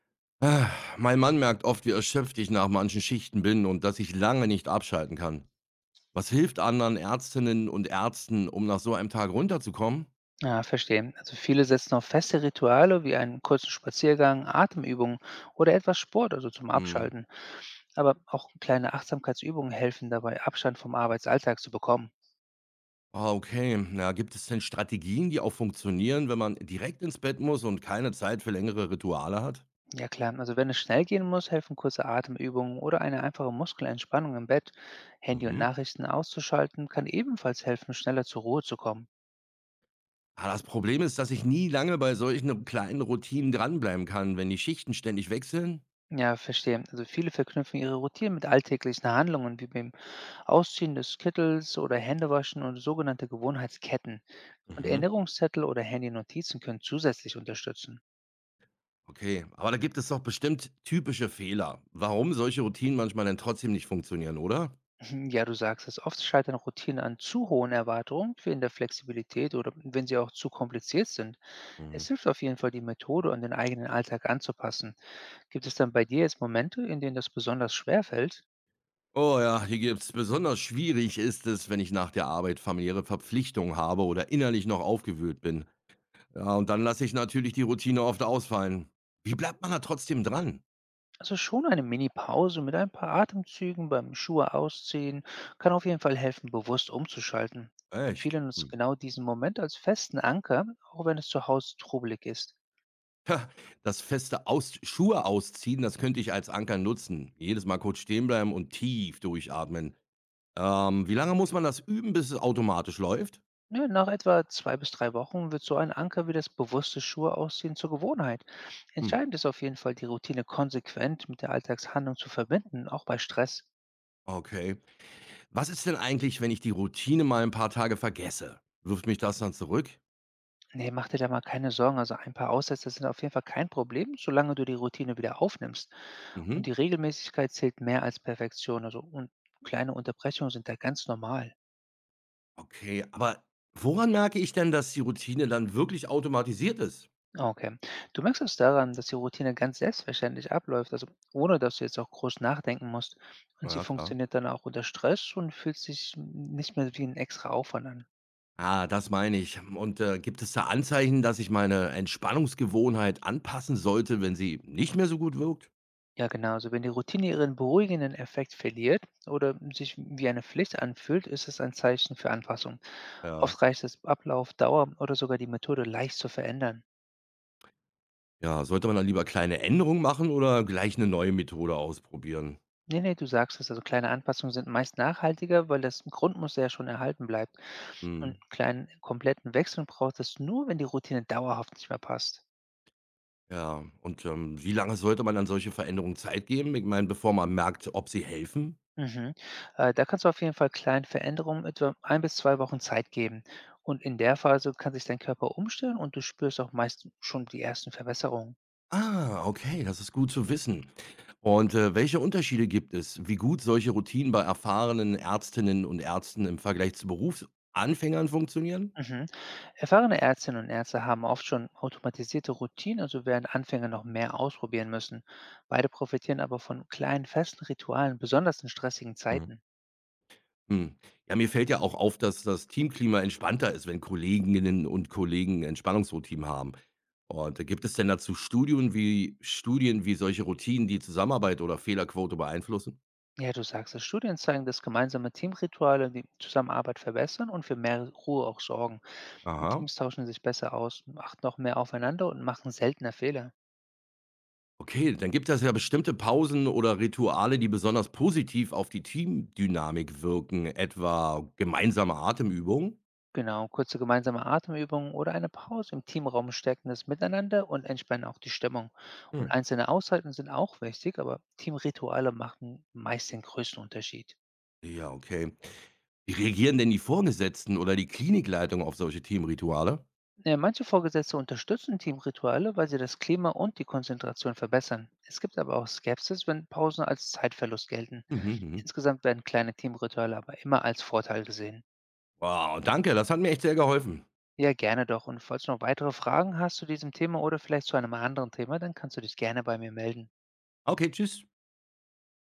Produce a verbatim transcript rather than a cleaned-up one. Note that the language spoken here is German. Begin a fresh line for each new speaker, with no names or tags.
Ah, Mein Mann merkt oft, wie erschöpft ich nach manchen Schichten bin und dass ich lange nicht abschalten kann. Was hilft anderen Ärztinnen und Ärzten, um nach so einem Tag runterzukommen?
Ja, verstehe. Also viele setzen auf feste Rituale wie einen kurzen Spaziergang, Atemübungen oder etwas Sport, also zum
Hm.
Abschalten. Aber auch kleine Achtsamkeitsübungen helfen dabei, Abstand vom Arbeitsalltag zu bekommen.
Ah, okay. Na, gibt es denn Strategien, die auch funktionieren, wenn man direkt ins Bett muss und keine Zeit für längere Rituale hat?
Ja klar, also wenn es schnell gehen muss, helfen kurze Atemübungen oder eine einfache Muskelentspannung im Bett. Handy und
Mhm.
Nachrichten auszuschalten kann ebenfalls helfen, schneller zur Ruhe zu kommen.
Ah, das Problem ist, dass ich nie lange bei solchen kleinen Routinen dranbleiben kann, wenn die Schichten ständig wechseln.
Ja, verstehe. Also viele verknüpfen ihre Routinen mit alltäglichen Handlungen wie beim Ausziehen des Kittels oder Händewaschen und sogenannte Gewohnheitsketten. Und
Mhm.
Erinnerungszettel oder Handy-Notizen können zusätzlich unterstützen.
Okay, aber da gibt es doch bestimmt typische Fehler, warum solche Routinen manchmal dann trotzdem nicht funktionieren, oder?
Ja, du sagst es, oft scheitern Routinen an zu hohen Erwartungen, fehlender Flexibilität oder wenn sie auch zu kompliziert sind. Es
Mhm.
hilft auf jeden Fall, die Methode an den eigenen Alltag anzupassen. Gibt es dann bei dir jetzt Momente, in denen das besonders schwer fällt?
Oh ja, hier gibt's. Besonders schwierig ist es, wenn ich nach der Arbeit familiäre Verpflichtungen habe oder innerlich noch aufgewühlt bin. Ja, und dann lasse ich natürlich die Routine oft ausfallen. Wie bleibt man da trotzdem dran?
Also schon eine Mini-Pause mit ein paar Atemzügen beim Schuhe ausziehen kann auf jeden Fall helfen, bewusst umzuschalten.
Echt?
Viele nutzen
Hm.
genau diesen Moment als festen Anker, auch wenn es zu Hause trubelig ist.
Das feste Aus Schuhe ausziehen, das könnte ich als Anker nutzen. Jedes Mal kurz stehen bleiben und tief durchatmen. Ähm, wie lange muss man das üben, bis es automatisch läuft?
Ne, nach etwa zwei bis drei Wochen wird so ein Anker wie das bewusste Schuheausziehen zur Gewohnheit.
Hm.
Entscheidend ist auf jeden Fall, die Routine konsequent mit der Alltagshandlung zu verbinden, auch bei Stress.
Okay. Was ist denn eigentlich, wenn ich die Routine mal ein paar Tage vergesse? Wirft mich das dann zurück?
Ne, mach dir da mal keine Sorgen. Also ein paar Aussetzer sind auf jeden Fall kein Problem, solange du die Routine wieder aufnimmst.
Mhm.
Und die Regelmäßigkeit zählt mehr als Perfektion. Also und kleine Unterbrechungen sind da ganz normal.
Okay, aber woran merke ich denn, dass die Routine dann wirklich automatisiert ist?
Ah, okay. Du merkst es daran, dass die Routine ganz selbstverständlich abläuft, also ohne dass du jetzt auch groß nachdenken musst. Und sie
Ja, klar.
funktioniert dann auch unter Stress und fühlt sich nicht mehr wie ein extra Aufwand an.
Ah, das meine ich. Und äh, gibt es da Anzeichen, dass ich meine Entspannungsgewohnheit anpassen sollte, wenn sie nicht mehr so gut wirkt?
Ja, genau. Also wenn die Routine ihren beruhigenden Effekt verliert oder sich wie eine Pflicht anfühlt, ist es ein Zeichen für Anpassung.
Ja.
Oft reicht es, Ablauf, Dauer oder sogar die Methode leicht zu verändern.
Ja, sollte man dann lieber kleine Änderungen machen oder gleich eine neue Methode ausprobieren?
Ne, ne, du sagst es. Also, kleine Anpassungen sind meist nachhaltiger, weil das Grundmuster ja schon erhalten bleibt. Und
Hm.
einen kleinen kompletten Wechsel braucht es nur, wenn die Routine dauerhaft nicht mehr passt.
Ja, und ähm, wie lange sollte man dann solche Veränderungen Zeit geben? Ich meine, bevor man merkt, ob sie helfen?
Mhm. Äh, da kannst du auf jeden Fall kleinen Veränderungen etwa ein bis zwei Wochen Zeit geben. Und in der Phase kann sich dein Körper umstellen und du spürst auch meist schon die ersten Verbesserungen.
Ah, okay, das ist gut zu wissen. Und, äh, welche Unterschiede gibt es, wie gut solche Routinen bei erfahrenen Ärztinnen und Ärzten im Vergleich zu Berufsanfängern funktionieren?
Mhm. Erfahrene Ärztinnen und Ärzte haben oft schon automatisierte Routinen, also während Anfänger noch mehr ausprobieren müssen. Beide profitieren aber von kleinen festen Ritualen, besonders in stressigen
Mhm.
Zeiten.
Hm, ja, mir fällt ja auch auf, dass das Teamklima entspannter ist, wenn Kolleginnen und Kollegen Entspannungsroutinen haben. Und, äh, gibt es denn dazu Studien wie Studien, wie solche Routinen die Zusammenarbeit oder Fehlerquote beeinflussen?
Ja, du sagst es, Studien zeigen, dass gemeinsame Teamrituale die Zusammenarbeit verbessern und für mehr Ruhe auch sorgen. Und
Aha.
Teams tauschen sich besser aus, achten auch mehr aufeinander und machen seltener Fehler.
Okay, dann gibt es ja bestimmte Pausen oder Rituale, die besonders positiv auf die Teamdynamik wirken, etwa gemeinsame Atemübungen?
Genau, kurze gemeinsame Atemübungen oder eine Pause im Teamraum stärken das Miteinander und entspannen auch die Stimmung. Und
Hm.
einzelne Auszeiten sind auch wichtig, aber Teamrituale machen meist den größten Unterschied.
Ja, okay. Wie reagieren denn die Vorgesetzten oder die Klinikleitung auf solche Teamrituale?
Äh, Manche Vorgesetzte unterstützen Teamrituale, weil sie das Klima und die Konzentration verbessern. Es gibt aber auch Skepsis, wenn Pausen als Zeitverlust gelten.
Mhm, mhm.
Insgesamt werden kleine Teamrituale aber immer als Vorteil gesehen.
Wow, danke, das hat mir echt sehr geholfen.
Ja, gerne doch. Und falls du noch weitere Fragen hast zu diesem Thema oder vielleicht zu einem anderen Thema, dann kannst du dich gerne bei mir melden.
Okay, tschüss.